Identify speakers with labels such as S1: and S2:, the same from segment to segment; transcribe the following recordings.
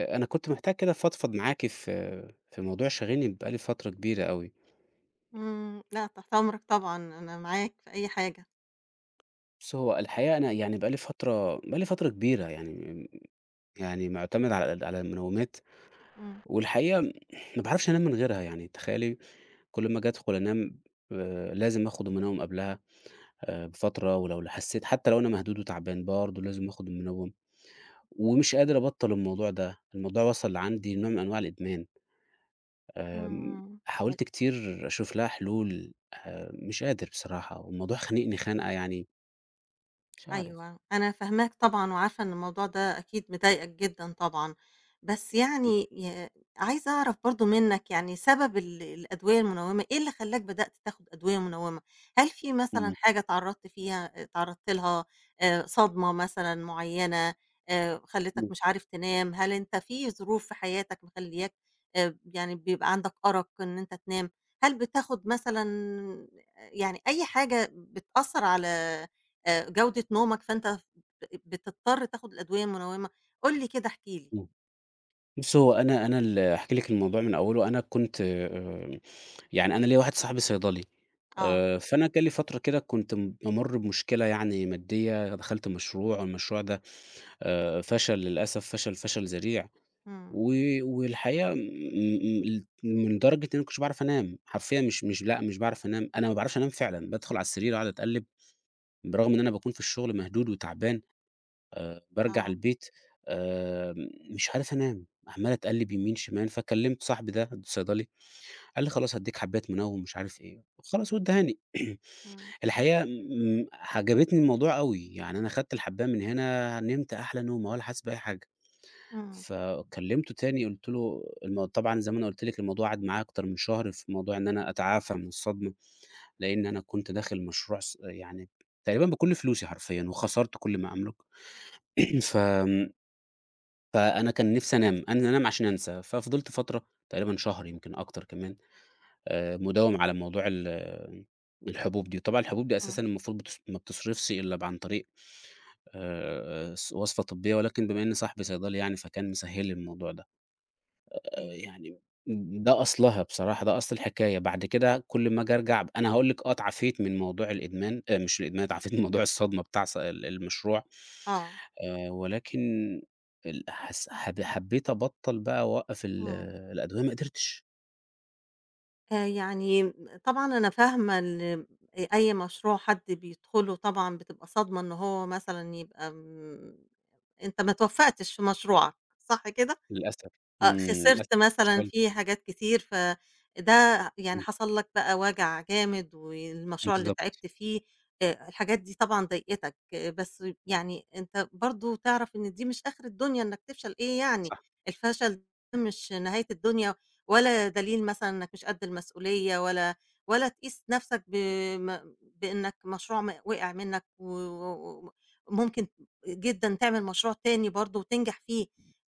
S1: أنا كنت محتاج كده أفضفض معاكِ في موضوع شاغلني بقى لي فترة كبيرة أوي.
S2: لأ تحت أمرك طبعًا، أنا معاك في أي حاجة.
S1: بُصّي، هو الحقيقة أنا يعني بقى لي فترة كبيرة يعني م يعني معتمد على المنومات،
S2: إمم،
S1: والحقيقة ما باعرفش أنام من غيرها يعني تخيلي كل أمّا آجي أدخل أنام، لازم آخد المنوم قبلها بفترة، ولو حسيت حتى لو أنا مهدود وتعبان برضه لازم آخد المنوم، ومش قادر أبطّل الموضوع ده، الموضوع وصل عندي لنوع من أنواع الإدمان.
S2: إمم،
S1: آمم،
S2: إمم.
S1: حاولت كتير أشوف لها حلول، مش قادر بصراحة، والموضوع خانقني خنقة يعني مش عارف.
S2: أيوه، أنا فاهماك طبعًا وعارفة إن الموضوع ده أكيد مضايقك جدًا طبعًا، بس
S1: إمم،
S2: يعني عايزة أعرف برضه منّك يعني سبب الأدوية المنوّمة، إيه اللي خلّاك بدأت تاخد أدوية منوّمة؟ هل في مثلًا
S1: إمم،
S2: حاجة اتعرّضت لها صدمة مثلًا معيّنة خلّتك
S1: إمم،
S2: مش عارف تنام؟ هل أنت في ظروف في حياتك مخلّياك يعني بيبقى عندك أرق إن أنت تنام؟ هل بتاخد مثلًا يعني أي حاجة بتأثّر على جودة نومك، فأنت بتضطر تاخد الأدوية المنوّمة. قُل لي كده، احكِ لي.
S1: إمم. بُصّي، هو أنا هاحكي لِك الموضوع من أوله، أنا كنت يعني أنا ليّا واحد صاحبي صيدلي،
S2: آه،
S1: فأنا جالي فترة كده كنت بامُر بمشكلة يعني مادية، دخلت مشروع والمشروع ده فشل للأسف، فشل ذريع.
S2: إمم،
S1: و والحقيقة م م من درجة إن أنا ما كنتش باعرف أنام، حرفيًا مش لأ، مش باعرف أنام، أنا ما باعرفش أنام فعلًا، بادخل على السرير أقعد أتقلِّب، برغم إن أنا باكون في الشغل مهدود وتعبان، بارجع
S2: آه،
S1: البيت مش عارف أنام، عمّال أتقلِّب يمين، شمال، فكلِّمت صاحبي ده الصيدلي، قال لي: "خلاص هادّيك حبّاية منوِّم،" مش عارف إيه، خلاص وادّهاني.
S2: إمم،
S1: الحقيقة عجبتني الموضوع أوي، يعني أنا خدت الحبّاية من هنا، نمت أحلى نومة ولا حاسس بأي حاجة.
S2: إمم،
S1: فكلمته تاني قُلت له طبعًا زي ما أنا قُلت لِك الموضوع قعد معايا أكتر من شهر في موضوع إن أنا أتعافى من الصدمة، لإن أنا كنت داخل مشروع يعني تقريبًا بكل فلوسي حرفيًا وخسرت كل ما أملك. فآمم، فأنا كان نِفْسي أنام، أنا أنام عشان أنسى، ففضلت فترة تقريبًا شهر يمكن أكتر كمان، مداوم على موضوع الحبوب دي. طبعًا الحبوب دي
S2: إمم،
S1: أساسًا المفروض ما بتصرفش إلا عن طريق ص وصفة طبية، ولكن بما إن صاحبي صيدلي يعني فكان مسهّل لي الموضوع ده.
S2: أيوه،
S1: يعني ده أصلها بصراحة، ده أصل الحكاية. بعد كده كل أمّا آجي أرجع أنا هاقول لِك آه اتعافيت من موضوع الإدمان، مش الإدمان، اتعافيت من موضوع الصدمة بتاع ص ال المشروع،
S2: آه،
S1: ولكن ال حس حب حبيت أبطّل بقى أوقّف ال
S2: إمم.
S1: الأدوية ما قدرتش
S2: يعني طبعًا أنا فاهمة إن أي مشروع حد بيدخله طبعًا بتبقى صدمة إن هو مثلًا يبقى م أنت ما اتوفّقتش في مشروعك، صح كده؟
S1: للأسف.
S2: آه،
S1: إمم، للأسف
S2: خسرت مثلًا
S1: فشلت،
S2: فيه حاجات كتير، فده يعني
S1: إمم،
S2: حصل لك بقى وجع جامد، والمشروع اللي
S1: بالضبط،
S2: تعبت فيه، الحاجات دي طبعًا ضايقتك، آه، بس يعني أنت برضه تعرف إن دي مش آخر الدنيا إنك تفشل إيه يعني،
S1: صح،
S2: الفشل ده مش نهاية الدنيا، ولا دليل مثلًا إنك مش قد المسؤولية، ولا تقيس نفسك بإنك مشروع م وقع منك و و وممكن جدًا تعمل مشروع تاني برضه وتنجح فيه.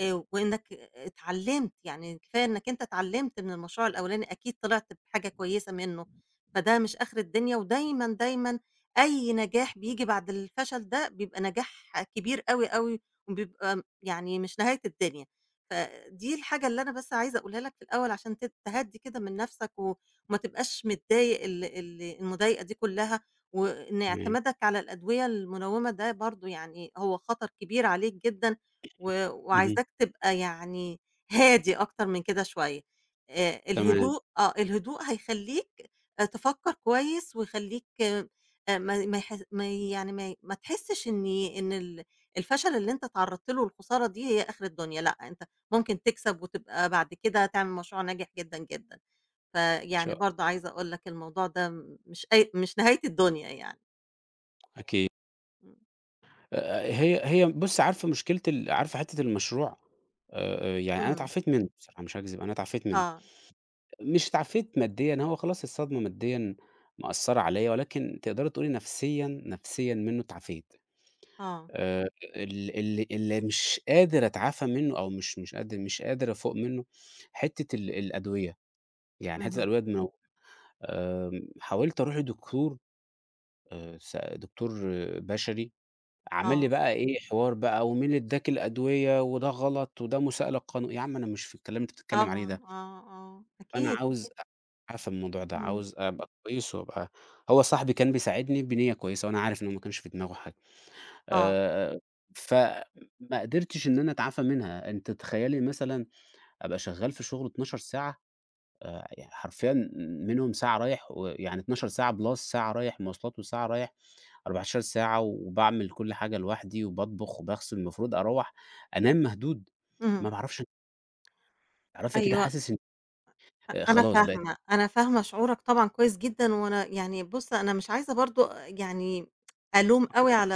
S2: وإنّك اتعلّمت، يعني كفاية إنّك أنت اتعلّمت من المشروع الأولاني أكيد طلعت بحاجة كويسة منّه، فده مش آخر الدنيا ودايمًا، دايمًا أي نجاح بييجي بعد الفشل ده بيبقى نجاح كبير أوي، أوي وبيبقى يعني مش نهاية الدنيا، فدي الحاجة اللي أنا بس عايزة أقولها لك في الأول عشان تهدّي كده من نَفْسك وما تبقاش متضايق ال ال المضايقة دي كُلّها، وإن
S1: تمام،
S2: اعتمادك على الأدوية المنوّمة ده برضه يعني هو خطر كبير عليك جدًا
S1: اهم،
S2: وعايزاك تبقى يعني هادي أكتر من كده شوية.
S1: تمام، إن
S2: الهدوء هيخلّيك تفكّر كويس ويخلّيك ما ما يح ما ي- يعني ما ي- ما تحسّش إن إن ال الفشل اللي أنت اتعرّضت له والخسارة دي هي آخر الدنيا، لأ، أنت ممكن تكسب وتبقى بعد كده تعمل مشروع ناجح جدًا، جدًا.
S1: شاء
S2: فيعني
S1: الله،
S2: برضه عايزة أقول لك الموضوع ده مش نهاية الدنيا يعني.
S1: أكيد.
S2: إمم.
S1: هي هي بُصّي، عارفة مشكلة ال عارفة حتّة المشروع، يعني أنا
S2: إمم.
S1: اتعافيت منه بصراحة مش هاكذب، أنا اتعافيت منه.
S2: آه،
S1: مش اتعافيت ماديًا، هو خلاص الصدمة ماديًا مأثّرة عليَّ، ولكن تقدري تقولي نفسيًا نفسيًا منه اتعافيت.
S2: آه.
S1: آآ ال اللي اللي مش قادر أتعافى منه أو مش قادر أفوق منه، حتّة الأدوية، يعني حتّة
S2: اهم،
S1: الأدوية دي ما هو. حاولت أروح لدكتور، س دكتور بشري، عمل
S2: آه.
S1: لي بقى إيه، حوار بقى ومين اللي ادّاك الأدوية وده غلط وده مساءلة يا عم أنا مش في الكلام اللي أنت بتتكلم عليه
S2: طبعًا،
S1: ده.
S2: آه، آه،
S1: فأنا
S2: أكيد،
S1: عاوز
S2: أكيد،
S1: أسعى في الموضوع ده،
S2: إمم،
S1: عاوز أبقى كويس وأبقى. هو صاحبي كان بيساعدني بنيّة كويسة وأنا عارف إن هو ما كانش في دماغه حاجة،
S2: آه،
S1: آآ فما قدرتش إن أنا أتعافى منها. أنتِ تخيّلي مثلًا أبقى شغّال في شغل 12 ساعة، يعني حرفيًا منهم ساعة رايح، ويعني 12 ساعة plus ساعة رايح مواصلات وساعة رايح، 14 ساعة وباعمل كل حاجة لوحدي وباطبخ وباغسل، المفروض أروّح أنام مهدود، ما
S2: اهم.
S1: باعرفش، تعرفي كده
S2: أيوه.
S1: حاسس إن
S2: أ
S1: آه،
S2: أنا
S1: خلاص بقيت.
S2: فاهمة، أنا فاهمة شعورك طبعًا كويس جدًا، وأنا يعني بُص أنا مش عايزة برضه يعني ألوم أوي على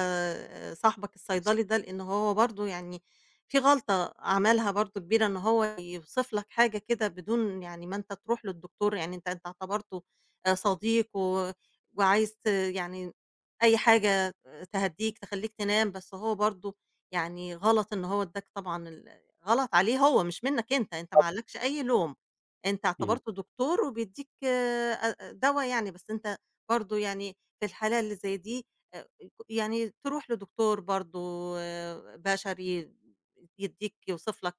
S2: صاحبك الصيدلي ده، لإن هو برضه يعني في غلطة عملها برضه كبيرة إن هو يوصف لك حاجة كده بدون يعني ما أنت تروح للدكتور، يعني أنت اعتبرته صديق وعايز يعني أي حاجة تهدّيك تخلّيك تنام، بس هو برضه يعني غلط إن هو ادّاك طبعًا غلط عليه هو مش منّك أنت، أنت ما عليكش أي لوم. أنت
S1: إمم.
S2: اعتبرته دكتور وبيدّيك دوا يعني، بس أنت برضه يعني في الحالة اللي زي دي آآ يعني تروح لدكتور برضه بشري يدّيك يوصف لك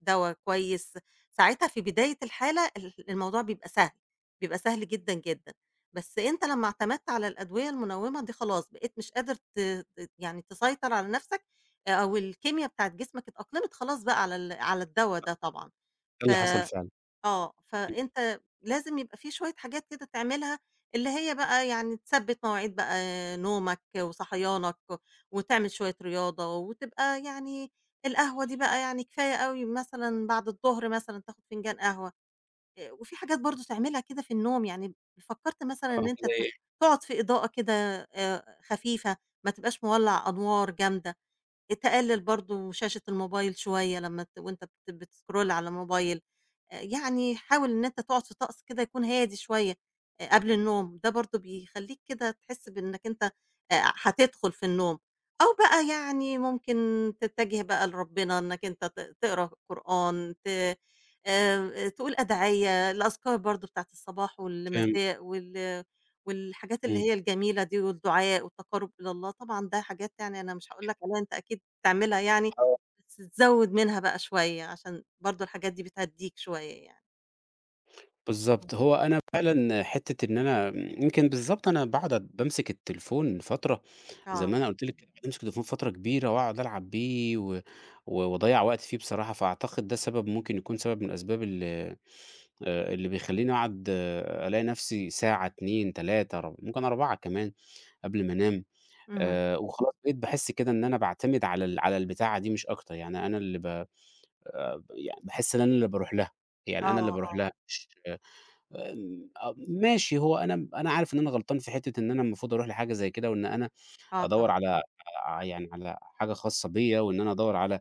S2: دوا كويس، ساعتها في بداية الحالة الموضوع بيبقى سهل، بيبقى سهل جدًا، جدًا، بس أنت لمّا اعتمدت على الأدوية المنوّمة دي خلاص بقيت مش قادر ت ت يعني تسيطر على نَفْسك. آه، أو الكيميا بتاعة جسمك اتأقلمت خلاص بقى على الدوا ده طبعًا.
S1: ده
S2: ف
S1: اللي حصل فعلًا.
S2: آه،
S1: إمم،
S2: فأنت لازم يبقى في شوية حاجات كده تعملها، اللي هي بقى يعني تثبّت مواعيد بقى نومك وصحيانك، وتعمل شوية رياضة، وتبقى يعني القهوة دي بقى يعني كفاية أوي مثلًا بعد الضهر مثلًا تاخد فنجان قهوة. وفي حاجات برضه تعملها كده في النوم، يعني فكّرت مثلًا إن
S1: آه،
S2: أنت
S1: زي
S2: تقعد في إضاءة كده خفيفة، ما تبقاش مولّع أنوار جامدة. تقلِّل برضه شاشة الموبايل شوية لمّا وأنت بتسكرول على الموبايل. يعني حاول إن أنت تقعد في طقس كده يكون هادي شوية قبل النوم، ده برضه بيخلّيك كده تحس بإنك أنت هتدخل في النوم، أو بقى يعني ممكن تتجه بقى لربنا إنك أنت تقرا قرآن، ت تقول أدعية، الأذكار برضه بتاعة الصباح
S1: فاهم،
S2: والمساء والحاجات اللي
S1: إمم.
S2: هي الجميلة دي والدعاء والتقرُّب إلى الله، طبعًا ده حاجات يعني أنا مش هاقول لك عليها أنت أكيد تعملها يعني،
S1: آه،
S2: بس تزوّد منها بقى شوية، عشان برضه الحاجات دي بتهدّيك شوية يعني.
S1: بالضبط.
S2: اهم.
S1: هو أنا فعلًا حتّة إن أنا يمكن بالضبط أنا باقعد بامسك التليفون فترة، زي ما
S2: آه،
S1: أنا قُلت لِك كده، باقعد أمسك التليفون فترة كبيرة وأقعد ألعب بيه و و واضيّع وقت فيه بصراحة، فأعتقد ده سبب، ممكن يكون سبب من الأسباب ال اللي بيخلّيني أقعد ألاقي نَفْسي ساعة، 2، 3 ممكن 4 كمان قبل ما أنام،
S2: اهم،
S1: وخلاص بقيت باحس كده إن أنا باعتمد على البتاعة دي مش أكتر، يعني أنا اللي ب ب يعني باحس إن أنا اللي باروح لها، يعني أنا اللي
S2: آه،
S1: باروح
S2: آه،
S1: لها مش. آه، ماشي. هو أنا عارف إن أنا غلطان في حتّة إن أنا المفروض أروح لحاجة زي كده، وإن أنا
S2: آه طبعًا،
S1: أدوّر على ع يعني على حاجة خاصة بيّا، وإن أنا أدوّر على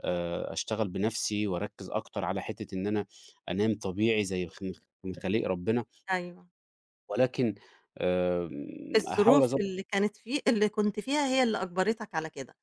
S1: أشتغل بنَفْسي وأركّز أكتر على حتّة إن أنا أنام طبيعي زي من خليق ربنا،
S2: أيوه.
S1: ولكن هاحاول
S2: الظروف
S1: أضبط.
S2: اللي كانت في اللي كنت فيها هي اللي أجبرتك على كده،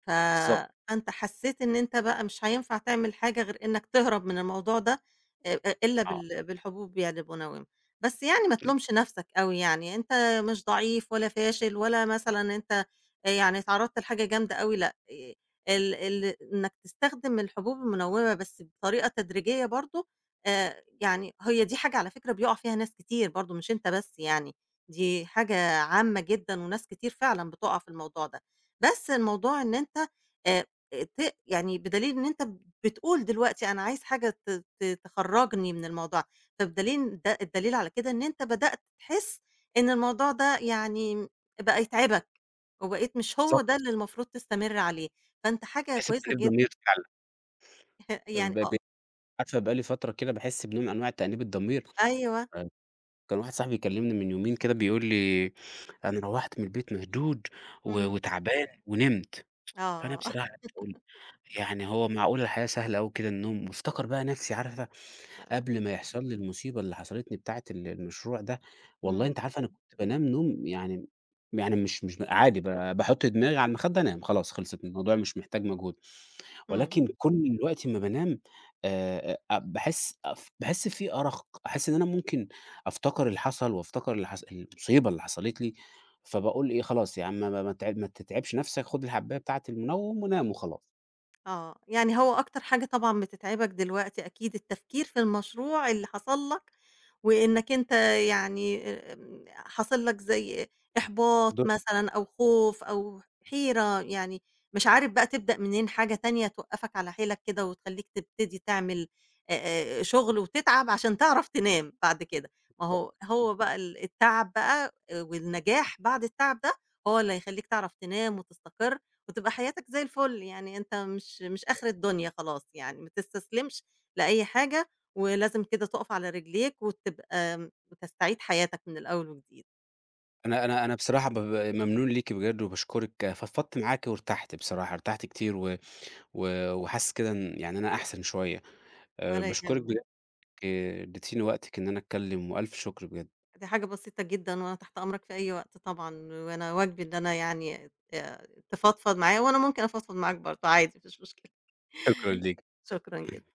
S1: بالضبط،
S2: فأنت حسّيت إن أنت بقى مش هينفع تعمل حاجة غير إنك تهرب من الموضوع ده أ أ إلا
S1: آه،
S2: بالحبوب يعني المنوّمة. بس يعني ما تلومش نَفْسك أوي يعني، أنت مش ضعيف ولا فاشل ولا مثلًا أنت يعني اتعرّضت لحاجة جامدة أوي لأ، ال ال إنّك تستخدم الحبوب المنوّمة بس بطريقة تدريجية برضه. يعني هي دي حاجة على فكرة بيُقع فيها ناس كتير برضه مش أنت بس يعني، دي حاجة عامة جدًا وناس كتير فعلًا بتُقع في الموضوع ده. بس الموضوع إن أنت آآ ت يعني بدليل إن أنت بتقول دلوقتي أنا عايز حاجة ت ت تخرّجني من الموضوع، فبدليل ده الدليل على كده إن أنت بدأت تحس إن الموضوع ده يعني بقى يتعبك. وبقيت مش هو ده
S1: بالضبط.
S2: اللي المفروض تستمر عليه، فأنت حاجة
S1: باحس
S2: كويسة
S1: بتأنيب
S2: جدًا
S1: ضمير فعلًا،
S2: يعني.
S1: ب
S2: آه،
S1: ب عارفة بقى لي فترة كده باحس بنوع من أنواع تأنيب الضمير.
S2: أيوه،
S1: كان واحد صاحبي بيكلمني من يومين كده بيقول لي: "أنا روّحت من البيت مشدود و
S2: إمم،
S1: وتعبان وِنِمت." فأنا
S2: آه،
S1: بصراحة قعدت أقول يعني هو معقولة الحياة سهلة أوي كده النوم؟ وافتكر بقى نفسي عارفة
S2: ف
S1: قبل ما يحصل لي المصيبة اللي حصلت لي بتاعة المشروع ده، والله
S2: إمم،
S1: أنتِ عارفة أنا كنت بانام نوم يعني مش عادي، باحط دماغي على المخدة أنام، خلاص خلصت، الموضوع مش محتاج مجهود.
S2: إمم.
S1: ولكن كل وقت ما بانام أ باحس أف باحس في أرق، أحس إن أنا ممكن أفتكر اللي حصل وافتكر اللي حص المصيبة اللي حصلت لي، فباقول إيه خلاص يا عم ما تتعبش نفسك، خُد الحباية بتاعة المنوم ونام وخلاص.
S2: آه، يعني هو أكتر حاجة طبعًا بتتعبك دلوقتي أكيد التفكير في المشروع اللي حصل لك، وإنك أنت يعني حاصل لك زي إحباط
S1: دور.
S2: مثلًا أو خوف أو حيرة، يعني مش عارف بقى تبدأ منين حاجة تانية توقّفك على حيلك كده وتخلّيك تبتدي تعمل شغل وتتعب عشان تعرف تنام بعد كده، ما هو بقى التعب بقى والنجاح بعد التعب ده هو اللي هيخلّيك تعرف تنام وتستقر وتبقى حياتك زي الفل، يعني أنت مش آخر الدنيا خلاص يعني، ما تستسلمش لأي حاجة، ولازم كده تُقف على رجليك وتبقى وتستعيد حياتك من الأول وجديد،
S1: أنا بصراحة ب ب ممنون ليكِ بجد وباشكرِك، فضفضت معاكِ وارتحت بصراحة، ارتحت كتير و و وحاسس كده إن يعني أنا أحسن شوية.
S2: ولا
S1: باشكرِك
S2: يهمك،
S1: بجد، اديتيني وقتِك إن أنا أتكلم وألف شكر بجد.
S2: دي حاجة بسيطة جدًا وأنا تحت أمرك في أي وقت طبعًا، وأنا واجبي إن أنا يعني تفضفض معايا، وأنا ممكن أفضفض معاك برضه عادي ما فيش مشكلة،
S1: شكرًا ليك.
S2: شكرًا جدًا.